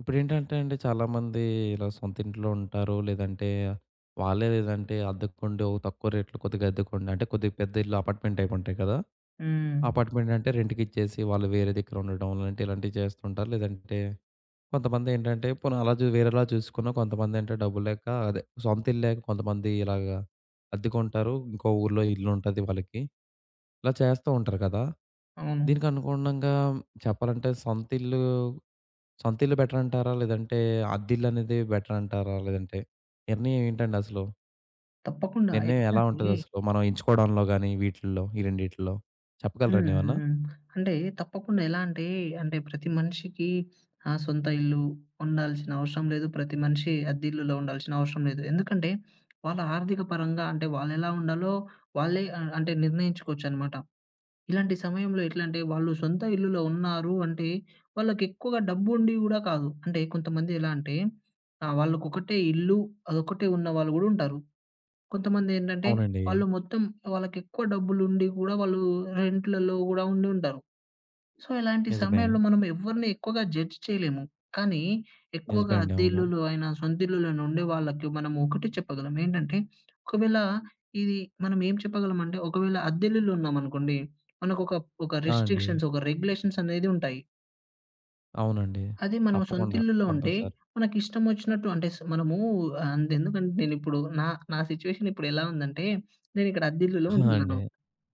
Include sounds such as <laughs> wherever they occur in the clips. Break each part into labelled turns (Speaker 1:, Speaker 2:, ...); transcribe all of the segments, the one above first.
Speaker 1: ఇప్పుడేంటంటే అండి చాలామంది ఇలా సొంత ఇంట్లో ఉంటారు. లేదంటే లేదంటే అద్దెకుండి ఓ తక్కువ రేట్‌లో కొద్దిగా అద్దెకుండి అంటే కొద్దిగా పెద్ద ఇల్లు అపార్ట్‌మెంట్ టైప్ ఉంటాయి కదా!
Speaker 2: హ్మ్.
Speaker 1: అపార్ట్‌మెంట్ అంటే రెంట్‌కిచ్చేసి వాళ్ళు వేరే దగ్గర ఉండడం లాంటి ఇలాంటివి చేస్తుంటారు. లేదంటే కొంతమందేంటంటే పోనీ అలా వేరేలా చూసుకున్నా కొంతమందంటే డబ్బులు లేక అదే సొంత ఇల్లు లేక కొంతమంది ఇలాగా అద్దెకుంటారు. ఇంకో ఊర్లో ఇల్లుంటది వాళ్ళకి. ఇలా చేస్తూ ఉంటారు కదా!
Speaker 2: అవును.
Speaker 1: దీనికి అనుగుణంగా చెప్పాలంటే సొంతిల్లు బెటరంటారా? లేదంటే అద్దిల్లనేది బెటరంటారా? లేదంటే నిర్ణయం ఏంటండి అసలు?
Speaker 2: తప్పకుండా.
Speaker 1: నిర్ణయం
Speaker 2: ఎట్లా
Speaker 1: ఎలా
Speaker 2: అంటే
Speaker 1: ఉంటదసలు? మనం ఎంచుకోవడంలో గాని, వీటిల్లో ఈ రెండిటిల్లో
Speaker 2: హ్మ్.
Speaker 1: చెప్పగలరండి ఏమన్నా?
Speaker 2: హ్మ్. అంటే తప్పకుండా ఎలా అంటే, అంటే ప్రతి మనిషికి సొంత ఇల్లు ఉండాల్సిన అవసరం లేదు. ప్రతి మనిషి అద్దిల్లులో ఉండాల్సిన అవసరం లేదు. ఎందుకంటే, వాళ్ళ ఆర్థిక పరంగా అంటే వాళ్ళెలా ఉండాలో వాళ్ళే అంటే నిర్ణయించుకోవచ్చనమాట. ఇలాంటి సమయంలో ఎట్లా అంటే, వాళ్ళు సొంత ఇల్లులో ఉన్నారు అంటే, వాళ్ళకెక్కువగా డబ్బుండి గూడా కాదు. అంటే కొంతమంది ఎలా అంటే, వాళ్ళకొకటే ఇల్లు, అదొక్కటే ఉన్నవాళ్ళు గూడా ఉంటారు. కొంతమందేంటంటే,
Speaker 1: అవునండి.
Speaker 2: వాళ్ళు మొత్తం వాళ్ళకెక్కువ డబ్బులుండి గూడా వాళ్ళు రెంట్‌లలో గూడా ఉండి ఉంటారు. సో, ఇలాంటి
Speaker 1: నిజమే.
Speaker 2: సమయంలో మనం ఎవరిని ఎక్కువగా జడ్జ్ చేయలేము. కానీ, ఎక్కువగా
Speaker 1: నిజమే అండి.
Speaker 2: అద్దె
Speaker 1: అవును.
Speaker 2: ఇల్లులు అయినా, సొంత ఇల్లులోనే ఉండే వాళ్ళకి మనం ఒకటే చెప్పగలం. ఏంటంటే, ఒకవేళ ఇది మనం ఏం చెప్పగలమంటే, ఒకవేళ అద్దె ఇల్లులో ఉన్నామనుకోండి, మనకొక ఒక
Speaker 1: ఆ! అండి.
Speaker 2: రిస్ట్రిక్షన్స్, ఒక రెగ్యులేషన్స్ అనేది ఉంటాయి.
Speaker 1: అవునండి.
Speaker 2: అదే మనం సొంత
Speaker 1: తప్పకుండా.
Speaker 2: ఇల్లులో ఉంటే
Speaker 1: కంపల్సరీ.
Speaker 2: మనకిష్టం వచ్చినట్టు అంటే మనము అంతెందుకండి నేనిప్పుడు నా నా సిట్యుయేషన్ ఇప్పుడు ఎలా ఉందంటే నేనిక్కడ అద్దిల్లులో
Speaker 1: ఆ!
Speaker 2: ఉంటున్నాను.
Speaker 1: అండి.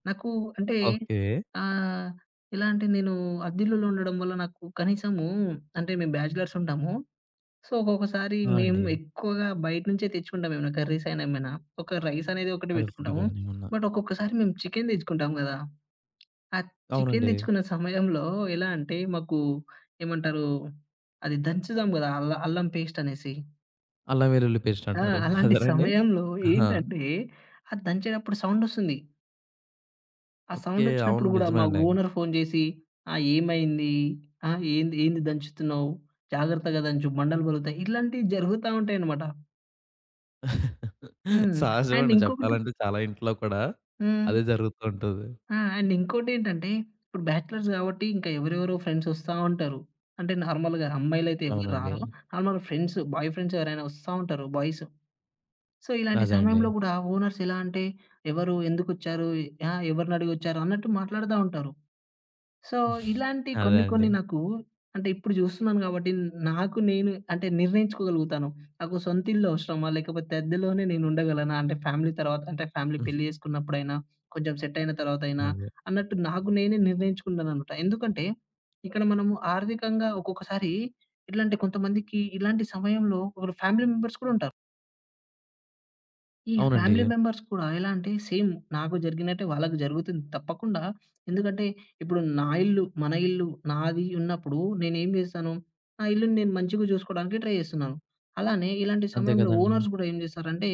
Speaker 2: నాకు అంటే
Speaker 1: ఓకే.
Speaker 2: ఆహ్, ఎలా అంటే నేను అద్దిల్లులో ఉండడం వల్ల నాకు కనీసము అంటే మేము బ్యాచిలర్స్ ఉంటాము. సో, ఒక్కొక్కసారి
Speaker 1: ఆ!
Speaker 2: మేము
Speaker 1: అండి.
Speaker 2: ఎక్కువగా బయట నుంచే తెచ్చుకుంటాం ఏమైనా కర్రీస్ అయినా ఏమైనా. ఒక రైస్ అనేది ఒకటే
Speaker 1: అదే ఫుడ్
Speaker 2: పెట్టుకుంటాము.
Speaker 1: గాని ఏమన్నా.
Speaker 2: బట్ ఒక్కొక్కసారి మేము చికెన్ తెచ్చుకుంటాం గదా! ఆ చికెను
Speaker 1: అవునండి.
Speaker 2: తెచ్చుకున్న సమయంలో ఎలా అంటే, మాకు ఏమంటారు, అది దంచుదాం గదా! అల్లం పేస్ట్ అనేసి.
Speaker 1: అల్లం వెల్లుల్లి పేస్ట్
Speaker 2: ఆ!
Speaker 1: అంటారు.
Speaker 2: అలాంటి
Speaker 1: అదేనండి?
Speaker 2: సమయంలో
Speaker 1: ఆహా!
Speaker 2: ఏంటంటే, అది దంచేటప్పుడు సౌండొస్తుంది. ఆ
Speaker 1: ఓకే.
Speaker 2: సౌండొచ్చినప్పుడు
Speaker 1: అవును.
Speaker 2: గూడా
Speaker 1: నిజమే
Speaker 2: మా
Speaker 1: అండి.
Speaker 2: ఓనర్ ఫోను జేసి, "ఆ! ఏమైంది? ఆ! ఏంది ఏంది దంచుతున్నావు? జాగ్రత్తగా దంచు, మంటలు బలుగుతాయి." ఇలాంటివి జరుగుతా ఉంటాయనమాట.
Speaker 1: <laughs>
Speaker 2: హ్మ్. అండ్
Speaker 1: సహజమండి
Speaker 2: ఇంకొకటి
Speaker 1: చెప్పాలంటే చాలా ఇంట్లో కూడా
Speaker 2: హ్మ్.
Speaker 1: అదే జరుగుతూ ఉంటది.
Speaker 2: ఆ! అండ్ ఇంకోటేంటంటే, ఇప్పుడు బ్యాచిలర్స్ కాబట్టి ఇంకా ఎవరెవరో ఫ్రెండ్స్ ఒస్తా ఉంటారు. అంటే నార్మల్‌గా అమ్మాయిలైతే ఎవరు
Speaker 1: అవునండి.
Speaker 2: రారు. నార్మల్‌గా ఫ్రెండ్స్, బాయ్ ఫ్రెండ్స్ ఎవరైనా ఒస్తా ఉంటారు బాయ్స్. సో, ఇలాంటి
Speaker 1: అదే అండి.
Speaker 2: సమయంలో గూడా ఓనర్స్ ఎలా అంటే, ఎవరు? ఎందుకొచ్చారు? ఎవరినడిగొచ్చారు? అన్నట్టు మాట్లాడతా ఉంటారు. సో,
Speaker 1: <laughs>
Speaker 2: ఇలాంటి
Speaker 1: అదే
Speaker 2: కొన్ని
Speaker 1: అండి.
Speaker 2: కొన్ని నాకు అంటే ఇప్పుడు జూస్తున్నాను గాబట్టి నాకు నేను అంటే నిర్ణయించుకోగలుగుతాను. నాకు సొంత ఇల్లు అవసరమా? లేకపోతే అద్దెలోనే నేను ఉండగలనా? అంటే ఫ్యామిలీ తర్వాత అంటే ఫ్యామిలీ
Speaker 1: హ్మ్.
Speaker 2: పెళ్లి జేసుకున్నప్పుడైనా, కొంచెం సెట్ అయిన తర్వాతైనా
Speaker 1: అదే.
Speaker 2: అన్నట్టు నాకు నేనే నిర్ణయించుకుంటాననమాట. ఎందుకంటే ఇక్కడ మనము ఆర్థికంగా ఒక్కొక్కసారి ఎట్లంటే కొంతమందికి ఇలాంటి సమయంలో ఒకరు ఫ్యామిలీ మెంబర్స్ కూడా ఉంటారు. ఈ
Speaker 1: అవునండి.
Speaker 2: ఫ్యామిలీ మెంబర్స్ కూడా ఎలా అంటే సేమ్ నాకు జరిగినట్టే వాళ్ళకి జరుగుతుంది తప్పకుండా. ఎందుకంటే ఇప్పుడు నా ఇల్లు, మన ఇల్లు, నాది ఉన్నప్పుడు నేనేం చేస్తాను, నా ఇల్లుని నేను మంచిగా చూసుకోవడానికి ట్రై చేస్తున్నాను. అలానే ఇలాంటి
Speaker 1: అంతే
Speaker 2: సమయంలో
Speaker 1: కదండీ!
Speaker 2: ఓనర్స్ కూడా ఏం చేస్తారంటే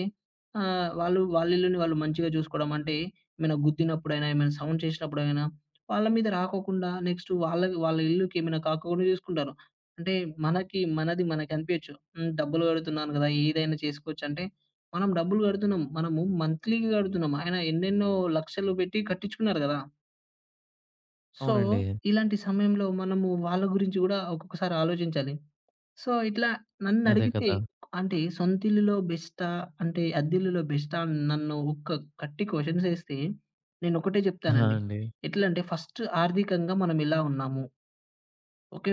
Speaker 2: వాళ్ళు వాళ్ళ ఇల్లుని వాళ్ళు మంచిగా చూసుకోవడం అంటే ఏమైనా గుద్దినప్పుడైనా, ఏమైనా సౌండ్ చేసినప్పుడైనా వాళ్ళ మీద రాకోకుండా నెక్స్ట్ వాళ్ళ వాళ్ళ ఇల్లుకి ఏమైనా కాకోకుండా చూసుకుంటారు. అంటే మనకి మనది మనకి అనిపియచ్చు. హ్మ్. డబ్బులు కడుతున్నాను కదా! ఏదైనా చేసుకోవచ్చు అంటే మనం డబ్బులు గడుతున్నాం. మనము మంత్లీ‌కి గడుతున్నాం. ఆయన ఎన్నెన్నో లక్షలు పెట్టి కట్టించుకున్నారు గదా! సో,
Speaker 1: అవునండి.
Speaker 2: ఇలాంటి సమయంలో మనము వాళ్ళ గురించి గూడా ఒక్కొక్కసారి ఆలోచించాలి. సో, ఇట్లా
Speaker 1: అదే
Speaker 2: నన్నడిగితే
Speaker 1: కదా!
Speaker 2: అంటే సొంతిల్లులో బెస్టా? అంటే అద్దిల్లులో బెస్టా? అని నన్ను ఒక గట్టి క్వెషన్స్ ఏస్తే నేనొకటే
Speaker 1: ఆ!
Speaker 2: జెప్తానండి.
Speaker 1: అండి.
Speaker 2: ఎట్లంటే ఫస్ట్ ఆర్థికంగా మనం ఎలా ఉన్నాము? ఓకే.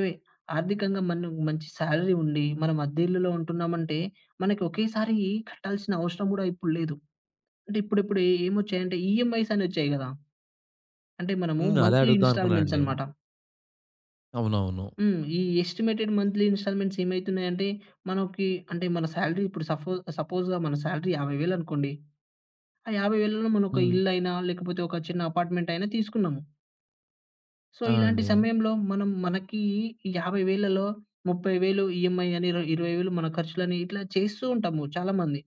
Speaker 2: ఆర్థికంగా మనం మంచి సాలరీ ఉండి మనం అద్దె ఇల్లులో ఉంటున్నామంటే మనకి ఒకేసారి కట్టాల్సిన అవసరం గూడా ఇప్పుడు లేదు. అంటే ఇప్పుడిప్పుడు ఏమొచ్చాయంటే ఈఎంఐస్ అనొచ్చాయి గదా! అంటే మనము
Speaker 1: హ్మ్. అదే
Speaker 2: మంత్లీ
Speaker 1: అడుగుదాం
Speaker 2: ఇన్‌స్టాల్‌మెంట్స్
Speaker 1: అనుకున్నానండి.
Speaker 2: అనమాట.
Speaker 1: అవునవును.
Speaker 2: హ్మ్. ఈ ఎస్టిమేటెడ్ మంత్లీ ఇన్‌స్టాల్‌మెంట్స్ ఏమైతున్నాయంటే మనకి అంటే మన సాలరీ ఇప్పుడు సపోజ్‌గా మన సాలరీ 50,000 అనుకోండి. ఆ 50,000లో మనం ఒక
Speaker 1: హ్మ్.
Speaker 2: ఇల్లైనా లేకపోతే ఒక చిన్న అపార్ట్‌మెంట్ అయినా తీసుకున్నాము. సో,
Speaker 1: ఆ!
Speaker 2: ఇలాంటి
Speaker 1: అండి.
Speaker 2: సమయంలో మనం మనకి ఈ 50,000లో 30,000 ఈఎంఐ అని 20,000 మన ఖర్చులని ఇట్లా చేస్తూ ఉంటాము చాలా మంది.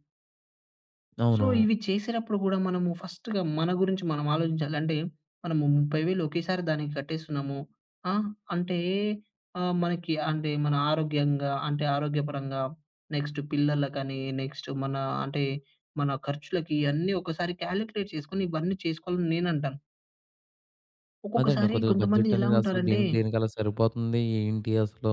Speaker 2: సో,
Speaker 1: అవును.
Speaker 2: ఇవి చేసేటప్పుడు గూడా మనము ఫస్ట్‌గా మన గురించి మనం ఆలోచించాలి. అంటే మనము 30,000 ఒకేసారి దానికి కట్టేస్తున్నాము. ఆ! అంటే మనకి అంటే మన ఆరోగ్యంగా అంటే ఆరోగ్యపరంగా నెక్స్ట్ పిల్లలకని, నెక్స్ట్ మన అంటే మన ఖర్చులకి అన్నీ ఒకసారి కాలిక్యులేట్ చేసుకొని ఇవన్నీ చేసుకోవాలని నేనంటాను.
Speaker 1: అదండి
Speaker 2: ఒక్కొక్కసారి
Speaker 1: కొద్దిగా
Speaker 2: కొంతమంది
Speaker 1: బడ్జెట్
Speaker 2: ఎలా
Speaker 1: అనేది అసలు
Speaker 2: ఉంటారంటే
Speaker 1: దేనికలా సరిపోతుంది? ఏంటి అసలు?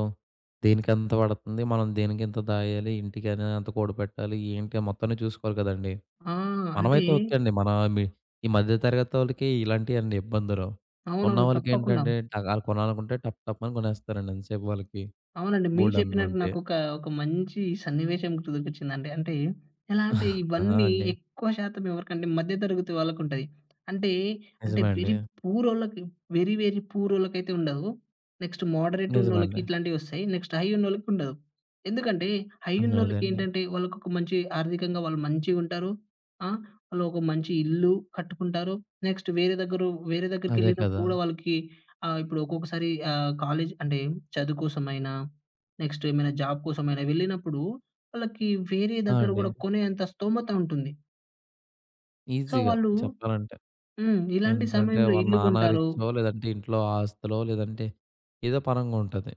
Speaker 1: దేనికెంత పడతంది? మనం దేనికింత దాయాలి? ఇంటికని అంత కూడబెట్టాలి? ఏంటి మొత్తాన్ని చూసుకోవాలి కదండీ!
Speaker 2: ఆ! అంటే
Speaker 1: మనమైతే ఓకే అండి. మీ ఈ మధ్య తరగతోళ్ళకి ఇలాంటియన్నీ ఇబ్బందులు.
Speaker 2: అవునవును. తప్పకుండా.
Speaker 1: ఉన్నవాళ్ళకేంటంటే టకాలు కొనాలనుకుంటే టప్ టప్ అని కొనేస్తారండి ఎంతసేపు వాళ్ళకి
Speaker 2: అవునండి. మీరు
Speaker 1: బోలెడన్ని
Speaker 2: చెప్పినట్టు
Speaker 1: ఉంటాయి.
Speaker 2: నాకొక ఒక ఒక మంచి సన్నివేశం గుర్తుకొచ్చిందండి. అంటే ఎలా అంటే
Speaker 1: ఆ!
Speaker 2: ఇవన్నీ
Speaker 1: అండి.
Speaker 2: ఎక్కువ శాతం ఎవరికంటే మధ్య తరగతి వాళ్ళకుంటది. అంటే, అంటే
Speaker 1: నిజమే
Speaker 2: వెరీ
Speaker 1: అండి.
Speaker 2: పూరోళ్ళకి వెరీ, వెరీ పూరోళ్ళకైతే ఉండదు. నెక్స్ట్ మోడరేట్ ఉన్నోళ్ళకి
Speaker 1: నిజమండి.
Speaker 2: ఇట్లాంటివొస్తాయి. నెక్స్ట్ హై ఉన్నోళ్ళకి ఉండదు. ఎందుకంటే హై
Speaker 1: హ్మ్. అదే అండి.
Speaker 2: ఉన్నోళ్ళకేంటంటే వాళ్ళకొక మంచి ఆర్థికంగా వాళ్ళు మంచిగుంటారు. ఆ! వాళ్ళు ఒక మంచి ఇల్లు కట్టుకుంటారు. నెక్స్ట్ వేరే
Speaker 1: అదే
Speaker 2: దగ్గరికెళ్ళినప్పుడు
Speaker 1: కదా!
Speaker 2: గూడా వాళ్ళకి ఆ! ఇప్పుడు ఒక్కొక్కసారి కాలేజ్ అంటే చదువు కోసమైనా, నెక్స్ట్ ఏమైనా జాబ్ కోసమైనా వెళ్ళినప్పుడు, వాళ్ళకి వేరే
Speaker 1: ఆ!
Speaker 2: దగ్గర
Speaker 1: అండి.
Speaker 2: గూడా కొనేంత స్తోమత ఉంటుంది. సో,
Speaker 1: ఈజీగా
Speaker 2: వాళ్ళు
Speaker 1: చెప్పాలంటే.
Speaker 2: హ్మ్. ఇలాంటి
Speaker 1: ఏంటంటే
Speaker 2: సమయంలో
Speaker 1: వాళ్ళ
Speaker 2: ఇల్లు
Speaker 1: నాన్న
Speaker 2: కొంటారు.
Speaker 1: రిచ్చో లేదంటే ఇంట్లో ఆస్తులో లేదంటే ఏదో పరంగా ఉంటది.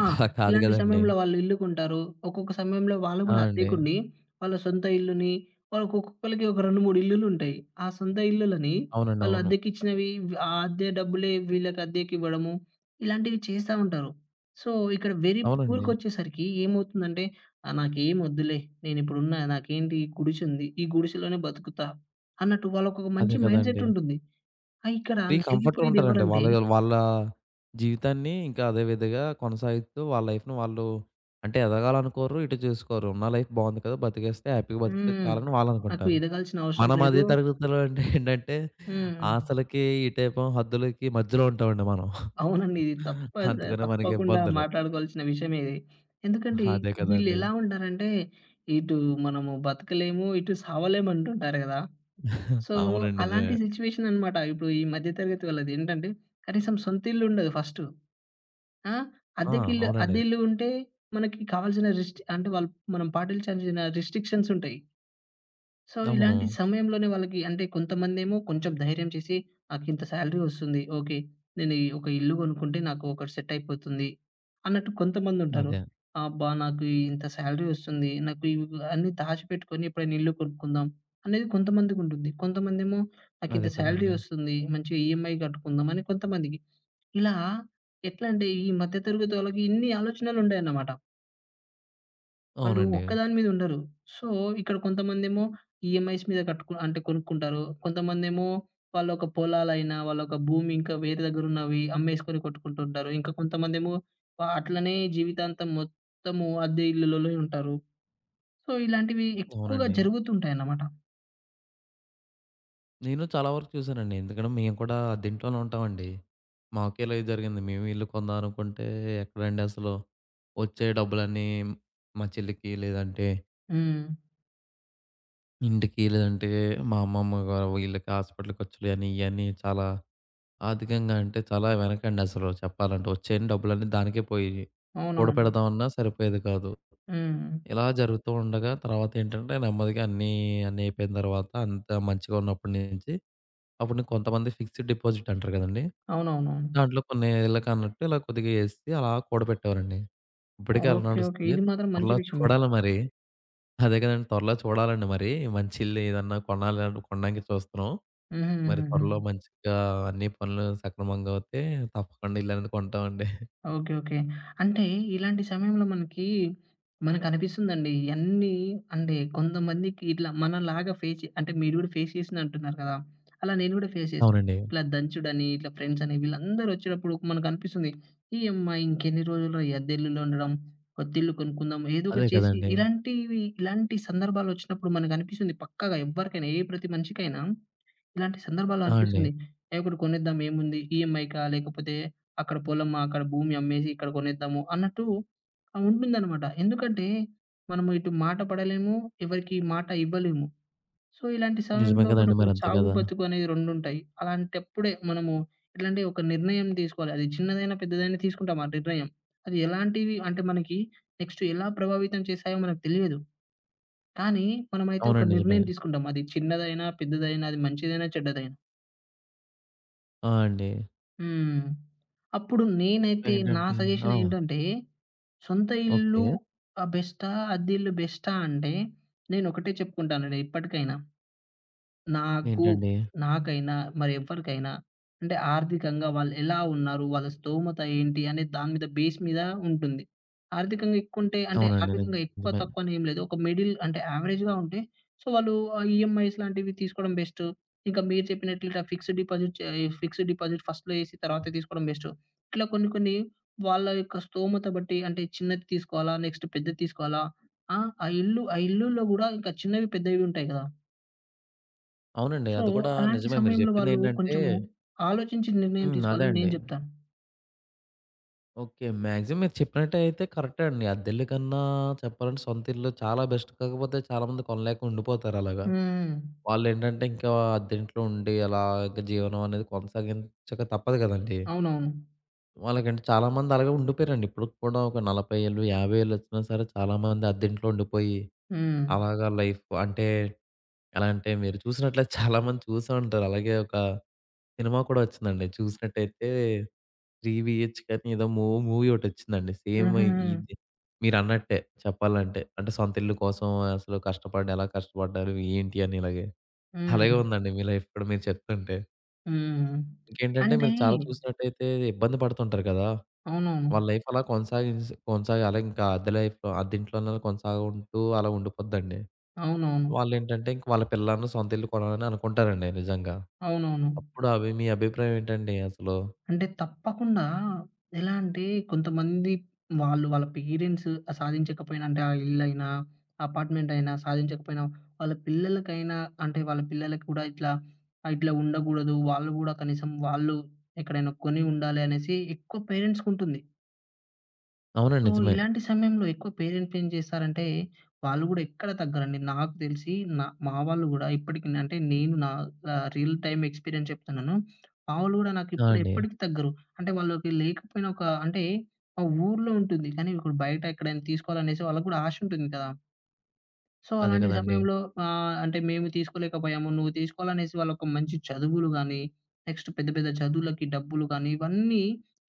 Speaker 2: ఆ!
Speaker 1: కాదు
Speaker 2: ఇలాంటి
Speaker 1: గదండీ!
Speaker 2: సమయంలో వాళ్ళు ఇల్లు కొంటారు. ఒక్కొక్క సమయంలో వాళ్ళు
Speaker 1: ఆ!
Speaker 2: గూడా
Speaker 1: అండి.
Speaker 2: అద్దెకుండి, వాళ్ళ సొంత ఇల్లుని వాళ్ళకి ఒక్కొక్కళ్ళకి ఒక 2, 3 ఇల్లులుంటాయి. ఆ సొంత ఇల్లులని
Speaker 1: అవునండి.
Speaker 2: వాళ్ళు
Speaker 1: అవును.
Speaker 2: అద్దెకిచ్చినవి ఆ అద్దె డబ్బులే వీళ్ళకి అద్దెకివ్వడము, ఇలాంటివి చేస్తా ఉంటారు. సో, ఇక్కడ వెరీ
Speaker 1: అవునండి.
Speaker 2: పూర్‌కొచ్చేసరికి ఏమవుతుందంటే, నాకేం వద్దులే, నేనిప్పుడున్న నాకేంటి ఈ గుడిసుంది, ఈ గుడిసెలోనే బతుకుతా అన్నట్టు వాళ్ళకొక మంచి
Speaker 1: అదే కదండీ!
Speaker 2: మైండ్‌సెటుంటుంది. ఆ! ఇక్కడ
Speaker 1: ఫ్రీ కంఫర్ట్‌గా ఉంటారండి.
Speaker 2: నలిగిపోయేదెవరంటే
Speaker 1: వాళ్ళ వాళ్ళ జీవితాన్ని ఇంకా అదే విధంగా కొనసాగిస్తూ వాళ్ళ లైఫ్‌ని వాళ్ళు అంటే ఎదగాలనుకోరు, ఇటు చూసుకోరు. ఉన్న లైఫ్ బావుంది కదా! బతికేస్తే హ్యాపీగా బతికితే
Speaker 2: హ్మ్.
Speaker 1: చాలని
Speaker 2: నాకు
Speaker 1: వాళ్ళనుకుంటారు.
Speaker 2: ఎదగాల్సిన అవసరం
Speaker 1: మనం
Speaker 2: లేదు
Speaker 1: అదే తరగతిలో అంటే ఏంటంటే
Speaker 2: హ్మ్.
Speaker 1: ఆశలకి, ఇటేమో హద్దులకి మధ్యలో ఉంటామండి మనం.
Speaker 2: అవునండి. ఇది తప్ప
Speaker 1: అందుకనే మనకి
Speaker 2: తప్పకుండా
Speaker 1: ఇబ్బందులు.
Speaker 2: మాట్లాడుకోవాల్సిన విషయమే ఇది. ఎందుకంటే
Speaker 1: అదే కదండీ!
Speaker 2: వీళ్ళెలా ఉంటారంటే ఇటు మనము బతకలేము, ఇటు సావలేము అంటుంటారు గదా! సో,
Speaker 1: అవునండి. నిజమే.
Speaker 2: అలాంటి సిట్యుయేషన్ అనమాట. ఇప్పుడు ఈ మధ్య తరగతి వాళ్ళది ఏంటంటే కనీసం సొంత ఇల్లు ఉండదు ఫస్ట్. ఆ!
Speaker 1: ఆ! అవునండి.
Speaker 2: అద్దె ఇల్లు ఉంటే మనకి కావాల్సిన రిస్ట్ అంటే వాళ్ళు మనం పాటించాల్సిన రిస్ట్రిక్షన్స్ ఉంటాయి. సో,
Speaker 1: అవును.
Speaker 2: ఇలాంటి సమయంలోనే వాళ్ళకి అంటే కొంతమందేమో కొంచెం ధైర్యం చేసి నాకింత సాలరీ వస్తుంది. ఓకే. నేను ఈ ఒక ఇల్లు కొనుక్కుంటే నాకు ఒకటి సెట్ అయిపోతుంది అన్నట్టు కొంతమందుంటారు.
Speaker 1: అదే.
Speaker 2: అబ్బా! నాకు ఈ ఇంత సాలరీ వస్తుంది. నాకు ఇవి అన్నీ దాచిపెట్టుకొని ఎప్పుడైనా ఇల్లు కొనుక్కుందాం అనేది కొంతమందికుంటుంది. కొంతమందేమో నాకింత
Speaker 1: అదే
Speaker 2: సాలరీ
Speaker 1: కదండీ!
Speaker 2: వస్తుంది. మంచిగా ఈఎంఐ కట్టుకుందాం అని కొంతమందికి. ఇలా ఎట్లా అంటే ఈ మధ్య తరగతి వాళ్ళకి ఇన్ని ఆలోచనలుండాయన్నమాట. వాళ్ళు
Speaker 1: అవునండి.
Speaker 2: ఒక్కదాని మీద ఉండరు. సో, ఇక్కడ కొంతమందేమో ఈఎంఐస్ మీద అంటే కొనుక్కుంటారు. కొంతమందేమో వాళ్ళొక పొలాలైనా, వాళ్ళొక భూమి ఇంకా వేరే దగ్గరున్నవి అమ్మేసుకొని కొట్టుకుంటుంటారు. ఇంకా కొంతమందేమో అట్లనే జీవితాంతం మొత్తము అద్దె ఇల్లులలోనే ఉంటారు. సో, ఇలాంటివి ఎక్కువగా
Speaker 1: అవునండి.
Speaker 2: జరుగుతుంటాయన్నమాట.
Speaker 1: నేను చాలా వరకు చూసానండి. ఎందుకంటే మేము కూడా దీంట్లోనే ఉంటామండి. మాకు ఇలాగే జరిగింది. మేము ఇల్లు కొందాం అనుకుంటే ఎక్కడండి అసలు, వచ్చే డబ్బులన్నీ మా చెల్లికి, లేదంటే
Speaker 2: హ్మ్.
Speaker 1: ఇంటికి, లేదంటే మా అమ్మమ్మ గారు వీళ్ళకి హాస్పిటల్ ఖర్చులు అని, ఇయన్నీ చాలా ఆర్థికంగా అంటే చాలా వెనకండి అసలు చెప్పాలంటే. వచ్చే డబ్బులన్నీ దానికే పోయేయి.
Speaker 2: అవునవును.
Speaker 1: కూడపెడదామన్నా సరిపోయేది కాదు.
Speaker 2: హ్మ్.
Speaker 1: ఇలా జరుగుతూ ఉండగా తర్వాతేంటంటే నెమ్మదిగా అన్నీ అన్నీ అయిపోయిన తర్వాత అంతా మంచిగా ఉన్నప్పటి నుంచి, అప్పుడు నేను కొంతమంది ఫిక్స్డ్ డిపాజిట్ అంటారు కదండీ!
Speaker 2: అవునవునవును.
Speaker 1: దాంట్లో కొన్ని ఏళ్ళకన్నట్టు ఇలా కొద్దిగా ఏసి అలా కూడబెట్టేవారండి. ఇప్పటికీ అలా
Speaker 2: ఓకే. ఓకే.
Speaker 1: నడుస్తుంది.
Speaker 2: ఇది మాత్రం మంచి
Speaker 1: త్వరలో
Speaker 2: విషయమే.
Speaker 1: చూడాలి మరి. అదే కదండీ! త్వరలో చూడాలండి మరి. మంచి ఇల్లు ఏదన్నా కొనాలి కొనడానికి చూస్తున్నాం.
Speaker 2: హుహు.
Speaker 1: మరి
Speaker 2: హుహుహు.
Speaker 1: త్వరలో మంచిగా అన్ని పనులు సక్రమంగా అవుతే తప్పకుండా ఇల్లనేది కొంటామండి.
Speaker 2: ఓకే. ఓకే. అంటే ఇలాంటి సమయంలో మనకి, మనకనిపిస్తుందండి. అన్నీ అంటే కొంతమందికి ఇట్లా మనలాగా ఫేస్ చే అంటే మీరు గూడా ఫేస్ చేసిందంటున్నారు కదా! అలా నేను గూడా ఫేస్ చేశా.
Speaker 1: అవునండి.
Speaker 2: ఇట్లా దంచుడని, ఇట్లా ఫ్రెండ్సని వీళ్ళందరూ ఒచ్చేటప్పుడు మనకనిపిస్తుంది. ఈ అమ్మాయి ఇంకెన్ని రోజులురా ఈ అద్దెల్లులో ఉండడం. కొత్తిల్లు కొనుక్కుందాం. ఏదో
Speaker 1: అదే
Speaker 2: ఒకటి చేసి
Speaker 1: కదండీ!
Speaker 2: ఇలాంటివి ఇలాంటి సందర్భాలొచ్చినప్పుడు మనకనిపిస్తుంది పక్కాగా ఎవ్వరికైనా ప్రతి మనిషికైనా ఇలాంటి సందర్భాల్లో
Speaker 1: ఆ! అండి.
Speaker 2: అనిపిస్తుంది. ఒకటి కొనేద్దాం ఏముంది ఈఎంఐకా లేకపోతే అక్కడ పొలమా, అక్కడ భూమి అమ్మేసి ఇక్కడ కొనేద్దాము" అన్నట్టు ఉంటుందనమాట. ఎందుకంటే మనము ఇటు మాట పడలేము, ఎవరికీ మాట ఇవ్వలేము. సో, ఇలాంటి
Speaker 1: నిజమే
Speaker 2: సమయంలో
Speaker 1: కదండీ!
Speaker 2: మనకు
Speaker 1: మరి అంతే
Speaker 2: చావు,
Speaker 1: కదా!
Speaker 2: బతుకు అనేవి రెండుంటాయి. అలాంటప్పుడే మనము ఎట్లంటే ఒక నిర్ణయం తీసుకోవాలి. అది చిన్నదైనా, పెద్దదైనా తీసుకుంటాం ఆ నిర్ణయం. అది ఎలాంటివి అంటే మనకి నెక్స్ట్ ఎలా ప్రభావితం చేస్తాయో మనకు తెలియదు. కానీ మనమైతే ఒక
Speaker 1: అవునండి. నిజమే.
Speaker 2: నిర్ణయం తీసుకుంటాం. అది చిన్నదైనా, పెద్దదైనా, అది మంచిదైనా, చెడ్డదైనా.
Speaker 1: ఆ! అండి.
Speaker 2: హ్మ్. అప్పుడు నేనైతే నా
Speaker 1: ఏంటంటే
Speaker 2: సజెషన్
Speaker 1: ఆ!
Speaker 2: ఏంటంటే, సొంత ఇల్లు
Speaker 1: ఓకే.
Speaker 2: బెస్టా? అద్దె ఇల్లు బెస్టా? అంటే నేనొకటే చెప్పుకుంటానండి ఇప్పటికైనా. నాకు,
Speaker 1: ఏంటండి?
Speaker 2: నాకైనా మరెవ్వరికైనా అంటే ఆర్థికంగా వాళ్ళెలా ఉన్నారు? వాళ్ళ స్థోమత ఏంటి? అనే దాని మీద బేస్ మీద ఉంటుంది. ఆర్థికంగా ఎక్కువుంటే అంటే
Speaker 1: అవునండి.
Speaker 2: ఆర్థికంగా ఎక్కువ,
Speaker 1: నిజమే.
Speaker 2: తక్కువ అనేం లేదు. ఒక మిడిల్ అంటే యావరేజ్‌గా ఉంటే సో, వాళ్ళు ఈఎంఐస్ లాంటివి తీసుకోవడం బెస్ట్. ఇంకా మీరు చెప్పినట్లు ఇట్లా ఫిక్స్డ్ డిపాజిట్ ఫస్ట్‌లో ఏసి తర్వాత తీసుకోవడం బెస్ట్. ఇట్లా కొన్ని, కొన్ని వాళ్ళ యొక్క స్థోమత బట్టి అంటే చిన్నది తీసుకోవాలా? నెక్స్ట్ పెద్దది తీసుకోవాలా? ఆ! ఆ ఇల్లు ఆ ఇల్లుల్లో గూడా ఇంకా చిన్నవి, పెద్దవి ఉంటాయి గదా!
Speaker 1: అవునండి.
Speaker 2: సో,
Speaker 1: అది కూడా
Speaker 2: అలాంటి
Speaker 1: నిజమే. మీరు
Speaker 2: సమయంలో వాళ్ళు
Speaker 1: చెప్పిందేంటంటే
Speaker 2: కొంచెము ఆలోచించి నిర్ణయం
Speaker 1: హ్మ్. అదే
Speaker 2: తీసుకోవాలని నేను
Speaker 1: అండి.
Speaker 2: జెప్తాను.
Speaker 1: ఓకే. మాక్సిమం మీరు చెప్పినట్టే అయితే కరెక్టే అండి. అద్దెల్లు కన్నా చెప్పాలంటే సొంత ఇల్లు చాలా బెస్ట్. కాకపోతే చాలామంది కొనలేక ఉండిపోతారు అలాగా.
Speaker 2: హ్మ్.
Speaker 1: వాళ్ళేంటంటే ఇంకా అద్దెంట్లో ఉండి అలాగ జీవనం అనేది కొనసాగించక తప్పదు కదండీ!
Speaker 2: అవునవును.
Speaker 1: వాళ్ళకంటే చాలామంది అలాగే ఉండిపోయారండి. ఇప్పటికి కూడా ఒక 40 ఏళ్ళు, 50 ఏళ్ళు వచ్చినా సరే చాలామంది అద్దెంట్లో ఉండిపోయి
Speaker 2: హ్మ్.
Speaker 1: అలాగా లైఫ్ అంటే ఎలా అంటే మీరు చూసినట్లే చాలా మంది చూసే ఉంటారు. అలాగే ఒక సినిమా కూడా వచ్చిందండి. చూసినట్టయితే 'త్రీ బిహెచ్‌కే' అని ఏదో మూవీ ఒకటొచ్చిందండి. సేమ్
Speaker 2: హుహుహు.
Speaker 1: ఇది మీరన్నట్టే చెప్పాలంటే. అంటే సొంత ఇల్లు కోసం అసలు కష్టపడి ఎలా కష్టపడ్డారు? ఏంటి? అని ఇలాగే.
Speaker 2: హ్మ్.
Speaker 1: అలాగే ఉందండి మీ లైఫ్ కూడా మీరు చెప్తుంటే.
Speaker 2: హ్మ్.
Speaker 1: ఇంకేంటంటే
Speaker 2: అంటే
Speaker 1: మీరు చాలా చూసినట్టయితే ఇబ్బంది పడుతుంటారు కదా!
Speaker 2: అవునవును.
Speaker 1: వాళ్ళ లైఫ్ అలా కొనసాగించి కొనసాగాలి. ఇంకా అద్దె లైఫ్‌లో అద్దె ఇంట్లోనే కొనసాగుంటూ అలా ఉండిపోద్దండి.
Speaker 2: అవునవును.
Speaker 1: వాళ్ళేంటంటే ఇంక వాళ్ళ పిల్లలను సొంత ఇల్లు కొనాలని అనుకుంటారండి నిజంగా.
Speaker 2: అవునవును.
Speaker 1: అప్పుడు అవి మీ అభిప్రాయం ఏంటండి అసలు?
Speaker 2: అంటే తప్పకుండా. ఎలా అంటే కొంతమంది వాళ్ళు వాళ్ళ పేరెంట్స్ సాధించకపోయినా అంటే ఆ ఇల్లైనా, అపార్ట్‌మెంట్ అయినా సాధించకపోయినా వాళ్ళ పిల్లలకైనా అంటే వాళ్ళ పిల్లలకి కూడా ఇట్లా ఇట్లా ఉండకూడదు. వాళ్ళు గూడా కనీసం వాళ్ళు ఎక్కడైనా కొని ఉండాలి అనేసి ఎక్కువ పేరెంట్స్‌కుంటుంది.
Speaker 1: అవునండి.
Speaker 2: సో,
Speaker 1: నిజమే.
Speaker 2: ఇలాంటి సమయంలో ఎక్కువ పేరెంట్స్ ఏం చేస్తారంటే, వాళ్ళు గూడా ఎక్కడ తగ్గరండి. నాకు తెలిసి మా వాళ్ళు గూడా ఇప్పటికి అంటే నేను నా రియల్ టైమ్ ఎక్స్‌పీరియన్స్ చెప్తున్నాను. మా వోళ్ళు గూడా
Speaker 1: ఆ!
Speaker 2: నాకిప్పుడు
Speaker 1: అండి.
Speaker 2: ఎప్పటికి తగ్గరు. అంటే వాళ్ళకి లేకపోయినా ఒక అంటే, మా ఊర్లో ఉంటుంది. కానీ ఇప్పుడు బయట ఎక్కడైనా తీసుకోవాలనేసి వాళ్ళకి గూడా ఆశ ఉంటుంది కదా! సో,
Speaker 1: అదే
Speaker 2: అలాంటి
Speaker 1: కదండీ.
Speaker 2: సమయంలో అంటే మేము తీసుకోలేకపోయాము. నువ్వు తీసుకోవాలనేసి వాళ్ళొక మంచి చదువులు గాని, నెక్స్ట్ పెద్ద పెద్ద చదువులకి డబ్బులు గాని, ఇవన్నీ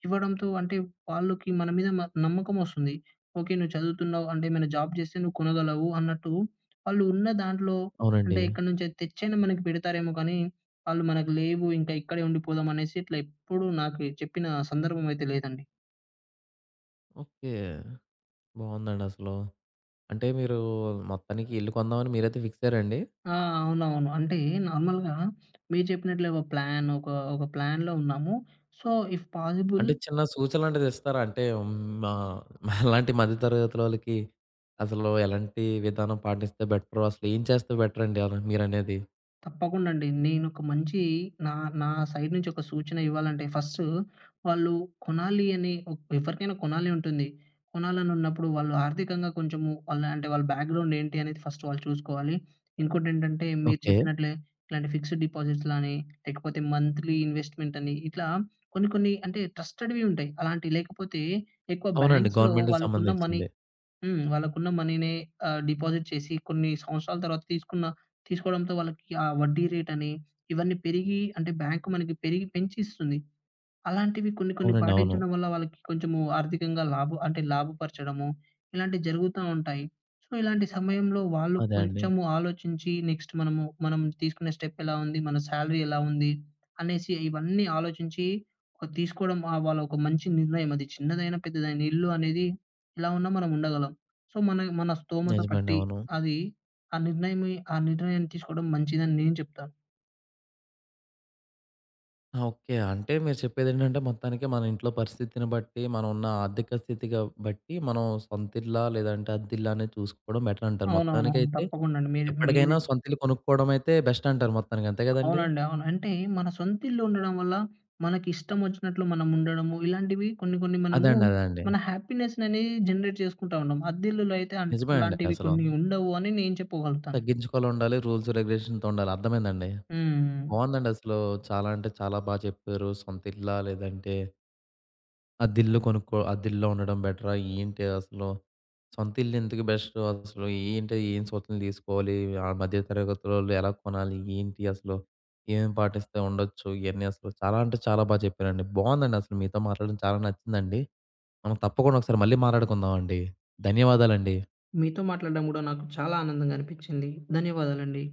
Speaker 2: ఇవ్వడంతో అంటే వాళ్ళకి మన మీద నమ్మకమొస్తుంది. ఓకే. నువ్వు చదువుతున్నావు అంటే ఏమైనా జాబ్ చేస్తే నువ్వు కొనగలవు అన్నట్టు వాళ్ళు ఉన్న దాంట్లో అంటే
Speaker 1: అవునండి.
Speaker 2: ఎక్కడి నుంచో తెచ్చైనా మనకి పెడతారేమో కానీ, వాళ్ళు మనకు లేవు ఇంకా ఇక్కడే ఉండిపోదాం అనేసి ఇట్లా ఎప్పుడు నాకు చెప్పిన సందర్భం అయితే లేదండి.
Speaker 1: ఓకే. బావుందండి అసలు. అంటే మీరు మొత్తానికి ఇల్లు కొందామని మీరైతే ఫిక్స్ అయ్యారండి?
Speaker 2: ఆ! అవునవును. అంటే నార్మల్‌గా మీరు చెప్పినట్లే ఒక ప్లాన్ ఒక, ఒక ప్లాన్‌లో ఉన్నాము. సో, ఇఫ్ పాజిబుల్
Speaker 1: అంటే చిన్న సూచనలాంటిది ఇస్తారా? అంటే మా మాలాంటి <laughs> మధ్య తరగతులోళ్ళకి అసలు ఎలాంటి విధానం పాటిస్తే బెటరు? అసలు ఏం చేస్తే బెటరండి అలా మీరనేది?
Speaker 2: తప్పకుండా అండి. నేనొక మంచి నా నా సైడ్ నుంచి ఒక సూచన ఇవ్వాలంటే ఫస్ట్ వాళ్ళు కొనాలి అని ఎవరికైనా కొనాలి ఉంటుంది. కొనాలనున్నప్పుడు వాళ్ళు ఆర్థికంగా కొంచెము వాళ్ళ అంటే వాళ్ళ బ్యాక్‌గ్రౌండ్ ఏంటి అనేది ఫస్ట్ వాళ్ళు చూసుకోవాలి. ఇంకోటేంటంటే మీరు
Speaker 1: ఓకే.
Speaker 2: చెప్పినట్లే ఇట్లాంటి ఫిక్స్డ్ డిపాజిట్స్‌లని లేకపోతే మంత్లీ ఇన్వెస్ట్‌మెంట్ అని ఇట్లా కొన్ని కొన్ని అంటే ట్రస్టెడ్‌వి ఉంటాయి. అలాంటివి లేకపోతే ఎక్కువ
Speaker 1: అవునండి.
Speaker 2: బ్యాంక్స్‌లో
Speaker 1: గవర్నమెంట్‌కి
Speaker 2: వాళ్ళకున్న మనీ
Speaker 1: సంబంధించింది.
Speaker 2: హ్మ్. వాళ్ళకున్న మనీనే డిపాజిట్ చేసి కొన్ని సంవత్సరాల తర్వాత తీసుకోవడంతో వాళ్ళకి ఆ వడ్డీ రేటని ఇవన్నీ పెరిగి అంటే బ్యాంక్ మనకి పెరిగి పెంచి ఇస్తుంది. అలాంటివి కొన్ని కొన్ని
Speaker 1: అవునండి. అవును.
Speaker 2: పాటించడం వల్ల వాళ్ళకి కొంచెము ఆర్థికంగా అంటే లాభపరచడము, ఇలాంటివి జరుగుతా ఉంటాయి. సో, ఇలాంటి సమయంలో వాళ్ళు
Speaker 1: అదే అండి.
Speaker 2: కొంచెము ఆలోచించి నెక్స్ట్ మనం తీసుకునే స్టెప్ ఎలా ఉంది? మన సాలరీ ఎలా ఉంది? అనేసి ఇవన్నీ ఆలోచించి ఒక తీసుకోవడం వాళ్ళ ఒక మంచి నిర్ణయం అది చిన్నదైనా, పెద్దదైనా ఇల్లు అనేది ఎలా ఉన్నా మనం ఉండగలం. సో, మన మన స్తోమత
Speaker 1: నిజమండి.
Speaker 2: పట్టి
Speaker 1: అవును.
Speaker 2: అది ఆ నిర్ణయాన్ని తీసుకోవడం మంచిదని నేను చెప్తాను.
Speaker 1: ఆ! ఓకే. అంటే మీరు చెప్పేదేంటంటే మొత్తానికి మన ఇంట్లో పరిస్థితిని బట్టి, మనం ఉన్న ఆర్థిక స్థితిగా బట్టి మనం సొంతిల్లా లేదంటే అద్దిల్లా అనేది చూసుకోవడం బెటర్ అంటారు.
Speaker 2: అవునవునవును.
Speaker 1: మొత్తానికైతే
Speaker 2: తప్పకుండా అండి. మీరు మీది
Speaker 1: ఎప్పటికైనా సొంతిల్లు కొనుక్కోవడం అయితే బెస్ట్ అంటారు మొత్తానికి. అంతే గదండీ!
Speaker 2: అవునండి. అవును. అంటే మన సొంత ఇల్లు ఉండడం వల్ల మనకిష్టం వచ్చినట్లు మనం ఉండడము, ఇలాంటివి కొన్ని కొన్ని మనము
Speaker 1: అదండి. అదండి.
Speaker 2: మన హ్యాపీనెస్‌ననేది జనరేట్ చేసుకుంటా ఉంటాం. అద్దెల్లులో అయితే
Speaker 1: నిజమే అండి
Speaker 2: అలాంటివి
Speaker 1: అసలు.
Speaker 2: కొన్ని ఉండవు అని నేను చెప్పగలుగుతాను.
Speaker 1: తగ్గించుకోవాలి ఉండాలి. రూల్స్ రెగ్యులేషన్‌తో ఉండాలి. అర్థమైందండి.
Speaker 2: హ్మ్.
Speaker 1: బావుందండి అసలు. చాలా అంటే చాలా బా చెప్పారు. సొంతిల్లా లేదంటే అద్దిల్లు కొనుక్కో అద్దిల్లో ఉండడం బెటరా? ఏంటి అసలు? సొంత ఇల్లు ఎందుకు బెస్ట్ అసలు? ఏంటి ఏం సూచనలు తీసుకోవాలి? ఆ మధ్య తరగతులోళ్ళు ఎలా కొనాలి? ఏంటి అసలు? ఏమేం పాటిస్తే ఉండొచ్చు? ఇయన్నీ అసలు చాలా అంటే చాలా బా చెప్పారండి. బావుందండి అసలు మీతో మాట్లాడడం చాలా నచ్చిందండి. మనం తప్పకుండా ఒకసారి మళ్ళీ మాట్లాడుకుందాం అండి. ధన్యవాదాలండి.
Speaker 2: మీతో మాట్లాడడం గూడా నాకు చాలా ఆనందంగా అనిపించింది. ధన్యవాదాలండి.